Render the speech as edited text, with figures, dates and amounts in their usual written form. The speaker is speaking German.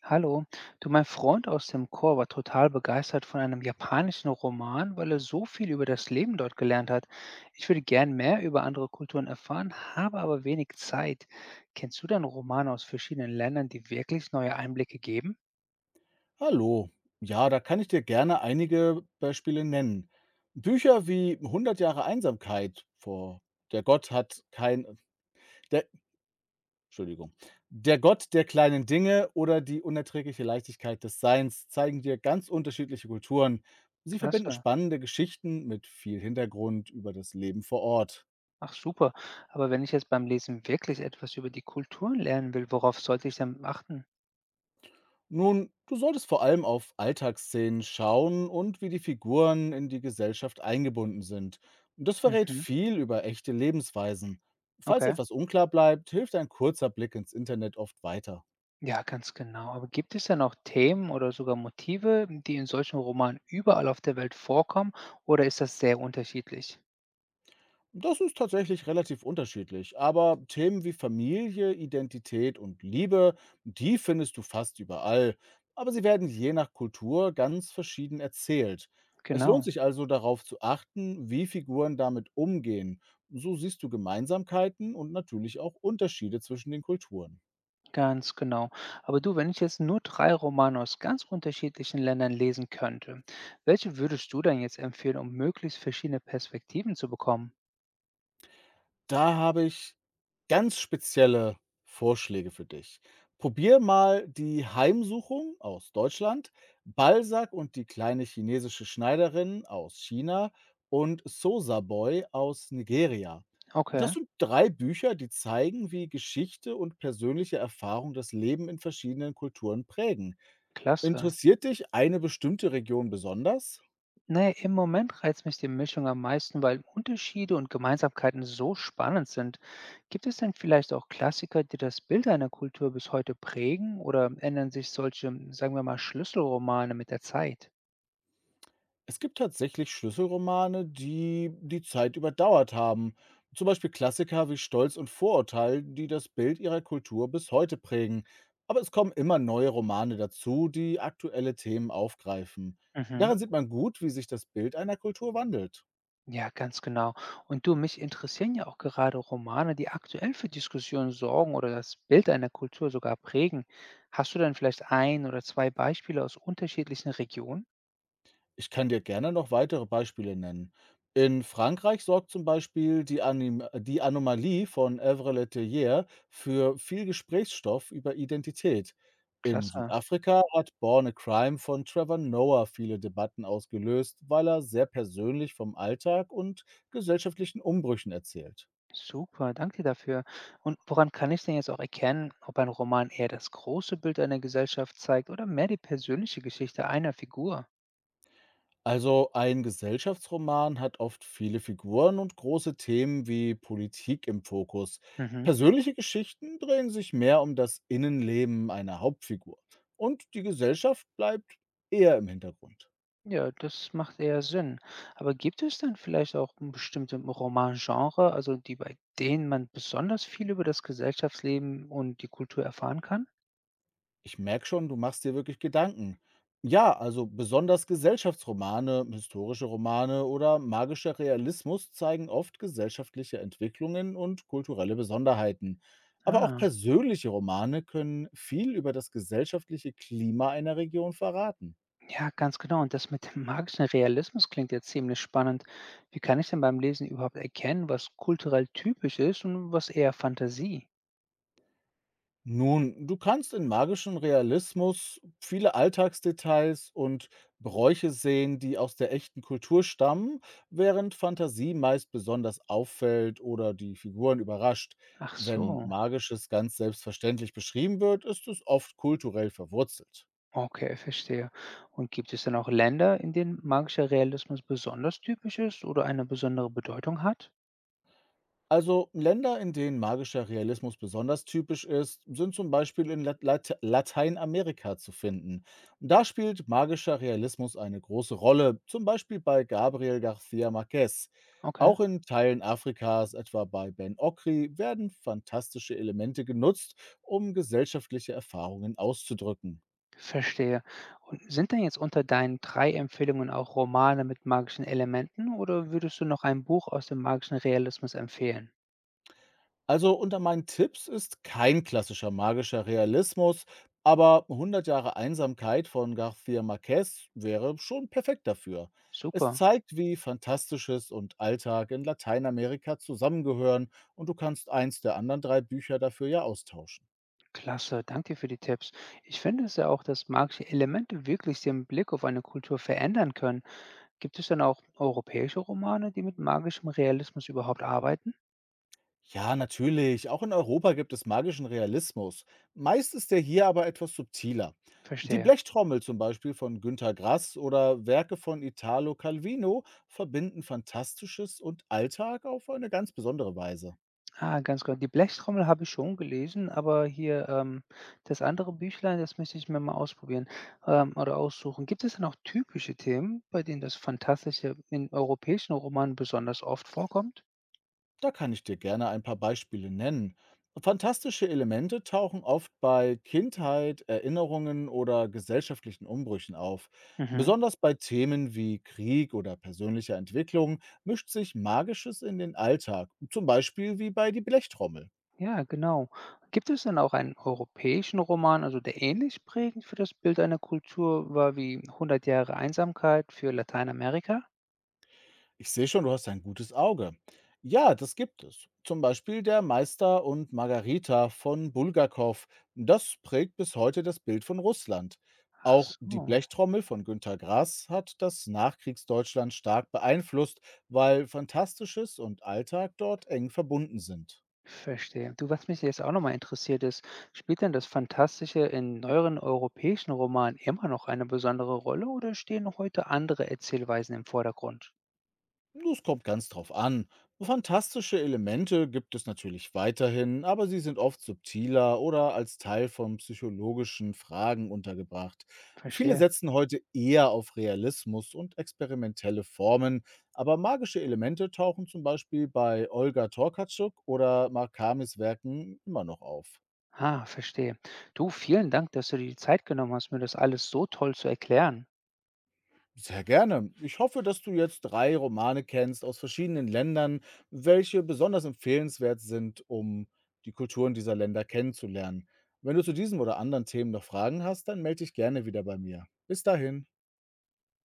Hallo, du, mein Freund aus dem Chor war total begeistert von einem japanischen Roman, weil er so viel über das Leben dort gelernt hat. Ich würde gern mehr über andere Kulturen erfahren, habe aber wenig Zeit. Kennst du denn Romane aus verschiedenen Ländern, die wirklich neue Einblicke geben? Hallo. Ja, da kann ich dir gerne einige Beispiele nennen. Bücher wie "Hundert Jahre Einsamkeit“ vor „Der Gott hat kein“ der Entschuldigung, „Der Gott der kleinen Dinge“ oder „Die unerträgliche Leichtigkeit des Seins“ zeigen dir ganz unterschiedliche Kulturen. Sie verbinden Klasse. spannende Geschichten mit viel Hintergrund über das Leben vor Ort. Ach super. Aber wenn ich jetzt beim Lesen wirklich etwas über die Kulturen lernen will, worauf sollte ich denn achten? Nun, du solltest vor allem auf Alltagsszenen schauen und wie die Figuren in die Gesellschaft eingebunden sind. Das verrät Mhm. viel über echte Lebensweisen. Falls Okay. etwas unklar bleibt, hilft ein kurzer Blick ins Internet oft weiter. Ja, ganz genau. Aber gibt es denn auch Themen oder sogar Motive, die in solchen Romanen überall auf der Welt vorkommen, oder ist das sehr unterschiedlich? Das ist tatsächlich relativ unterschiedlich, aber Themen wie Familie, Identität und Liebe, die findest du fast überall, aber sie werden je nach Kultur ganz verschieden erzählt. Es lohnt Genau, sich also darauf zu achten, wie Figuren damit umgehen. So siehst du Gemeinsamkeiten und natürlich auch Unterschiede zwischen den Kulturen. ganz genau. Aber du, wenn ich jetzt nur drei Romane aus ganz unterschiedlichen Ländern lesen könnte, welche würdest du denn jetzt empfehlen, um möglichst verschiedene Perspektiven zu bekommen? Da habe ich ganz spezielle Vorschläge für dich. Probier mal die Heimsuchung aus Deutschland, Balzac und die kleine chinesische Schneiderin aus China und Sosa Boy aus Nigeria. Das Okay, sind drei Bücher, die zeigen, wie Geschichte und persönliche Erfahrung das Leben in verschiedenen Kulturen prägen. klasse. Interessiert dich eine bestimmte Region besonders? Naja, im Moment reizt mich die Mischung am meisten, weil Unterschiede und Gemeinsamkeiten so spannend sind. Gibt es denn vielleicht auch Klassiker, die das Bild einer Kultur bis heute prägen oder ändern sich solche, sagen wir mal, Schlüsselromane mit der Zeit? Es gibt tatsächlich Schlüsselromane, die die Zeit überdauert haben. Zum Beispiel Klassiker wie Stolz und Vorurteil, die das Bild ihrer Kultur bis heute prägen. Aber es kommen immer neue Romane dazu, die aktuelle Themen aufgreifen. Mhm. Daran sieht man gut, wie sich das Bild einer Kultur wandelt. Ja, ganz genau. Und du, mich interessieren ja auch gerade Romane, die aktuell für Diskussionen sorgen oder das Bild einer Kultur sogar prägen. Hast du dann vielleicht ein oder zwei Beispiele aus unterschiedlichen Regionen? Ich kann dir gerne noch weitere Beispiele nennen. In Frankreich sorgt zum Beispiel die Anomalie von Evre Leterrier für viel Gesprächsstoff über Identität. In Klasse. Südafrika hat Born a Crime von Trevor Noah viele Debatten ausgelöst, weil er sehr persönlich vom Alltag und gesellschaftlichen Umbrüchen erzählt. Super, danke dir dafür. Und woran kann ich denn jetzt auch erkennen, ob ein Roman eher das große Bild einer Gesellschaft zeigt oder mehr die persönliche Geschichte einer Figur? Also ein Gesellschaftsroman hat oft viele Figuren und große Themen wie Politik im Fokus. Mhm. Persönliche Geschichten drehen sich mehr um das Innenleben einer Hauptfigur und die Gesellschaft bleibt eher im Hintergrund. Ja, das macht eher Sinn. Aber gibt es dann vielleicht auch ein bestimmte Romangenre, also die, bei denen man besonders viel über das Gesellschaftsleben und die Kultur erfahren kann? Ich merke schon, du machst dir wirklich Gedanken. Ja, also besonders Gesellschaftsromane, historische Romane oder magischer Realismus zeigen oft gesellschaftliche Entwicklungen und kulturelle Besonderheiten. Aber auch Ah, persönliche Romane können viel über das gesellschaftliche Klima einer Region verraten. ja, ganz genau. Und das mit dem magischen Realismus klingt ja ziemlich spannend. Wie kann ich denn beim Lesen überhaupt erkennen, was kulturell typisch ist und was eher Fantasie? Nun, du kannst in magischem Realismus viele Alltagsdetails und Bräuche sehen, die aus der echten Kultur stammen, während Fantasie meist besonders auffällt oder die Figuren überrascht. Ach Wenn so, Magisches ganz selbstverständlich beschrieben wird, ist es oft kulturell verwurzelt. okay, verstehe. Und gibt es dann auch Länder, in denen magischer Realismus besonders typisch ist oder eine besondere Bedeutung hat? Also Länder, in denen magischer Realismus besonders typisch ist, sind zum Beispiel in Lateinamerika zu finden. Da spielt magischer Realismus eine große Rolle, zum Beispiel bei Gabriel García Márquez. Okay, Auch in Teilen Afrikas, etwa bei Ben Okri, werden fantastische Elemente genutzt, um gesellschaftliche Erfahrungen auszudrücken. verstehe. Und sind denn jetzt unter deinen drei Empfehlungen auch Romane mit magischen Elementen oder würdest du noch ein Buch aus dem magischen Realismus empfehlen? Also unter meinen Tipps ist kein klassischer magischer Realismus, aber 100 Jahre Einsamkeit von García Márquez wäre schon perfekt dafür. Es Super, zeigt, wie Fantastisches und Alltag in Lateinamerika zusammengehören und du kannst eins der anderen drei Bücher dafür ja austauschen. klasse, danke dir für die Tipps. Ich finde es ja auch, dass magische Elemente wirklich den Blick auf eine Kultur verändern können. Gibt es dann auch europäische Romane, die mit magischem Realismus überhaupt arbeiten? Ja, natürlich. Auch in Europa gibt es magischen Realismus. Meist ist er hier aber etwas subtiler. Die Verstehe. Blechtrommel zum Beispiel von Günter Grass oder Werke von Italo Calvino verbinden Fantastisches und Alltag auf eine ganz besondere Weise. Ah, ganz genau. Die Blechtrommel habe ich schon gelesen, aber hier, das andere Büchlein, das möchte ich mir mal ausprobieren, oder aussuchen. Gibt es denn auch typische Themen, bei denen das Fantastische in europäischen Romanen besonders oft vorkommt? Da kann ich dir gerne ein paar Beispiele nennen. Fantastische Elemente tauchen oft bei Kindheit, Erinnerungen oder gesellschaftlichen Umbrüchen auf. Mhm. Besonders bei Themen wie Krieg oder persönlicher Entwicklung mischt sich Magisches in den Alltag, zum Beispiel wie bei die Blechtrommel. Ja, genau. Gibt es denn auch einen europäischen Roman, also der ähnlich prägend für das Bild einer Kultur war wie 100 Jahre Einsamkeit für Lateinamerika? Ich sehe schon, du hast ein gutes Auge. Ja, das gibt es. Zum Beispiel der Meister und Margarita von Bulgakow. Das prägt bis heute das Bild von Russland. Ach Auch die so. Blechtrommel von Günter Grass hat das Nachkriegsdeutschland stark beeinflusst, weil Fantastisches und Alltag dort eng verbunden sind. Verstehe. Du, was mich jetzt auch nochmal interessiert ist, spielt denn das Fantastische in neueren europäischen Romanen immer noch eine besondere Rolle oder stehen heute andere Erzählweisen im Vordergrund? Das kommt ganz drauf an. Fantastische Elemente gibt es natürlich weiterhin, aber sie sind oft subtiler oder als Teil von psychologischen Fragen untergebracht. Viele Verstehe. setzen heute eher auf Realismus und experimentelle Formen, aber magische Elemente tauchen zum Beispiel bei Olga Torkatschuk oder Markamis Werken immer noch auf. Ah, verstehe. Du, vielen Dank, dass du dir die Zeit genommen hast, mir das alles so toll zu erklären. Sehr gerne. Ich hoffe, dass du jetzt drei Romane kennst aus verschiedenen Ländern, welche besonders empfehlenswert sind, um die Kulturen dieser Länder kennenzulernen. Wenn du zu diesem oder anderen Themen noch Fragen hast, dann melde dich gerne wieder bei mir. Bis dahin.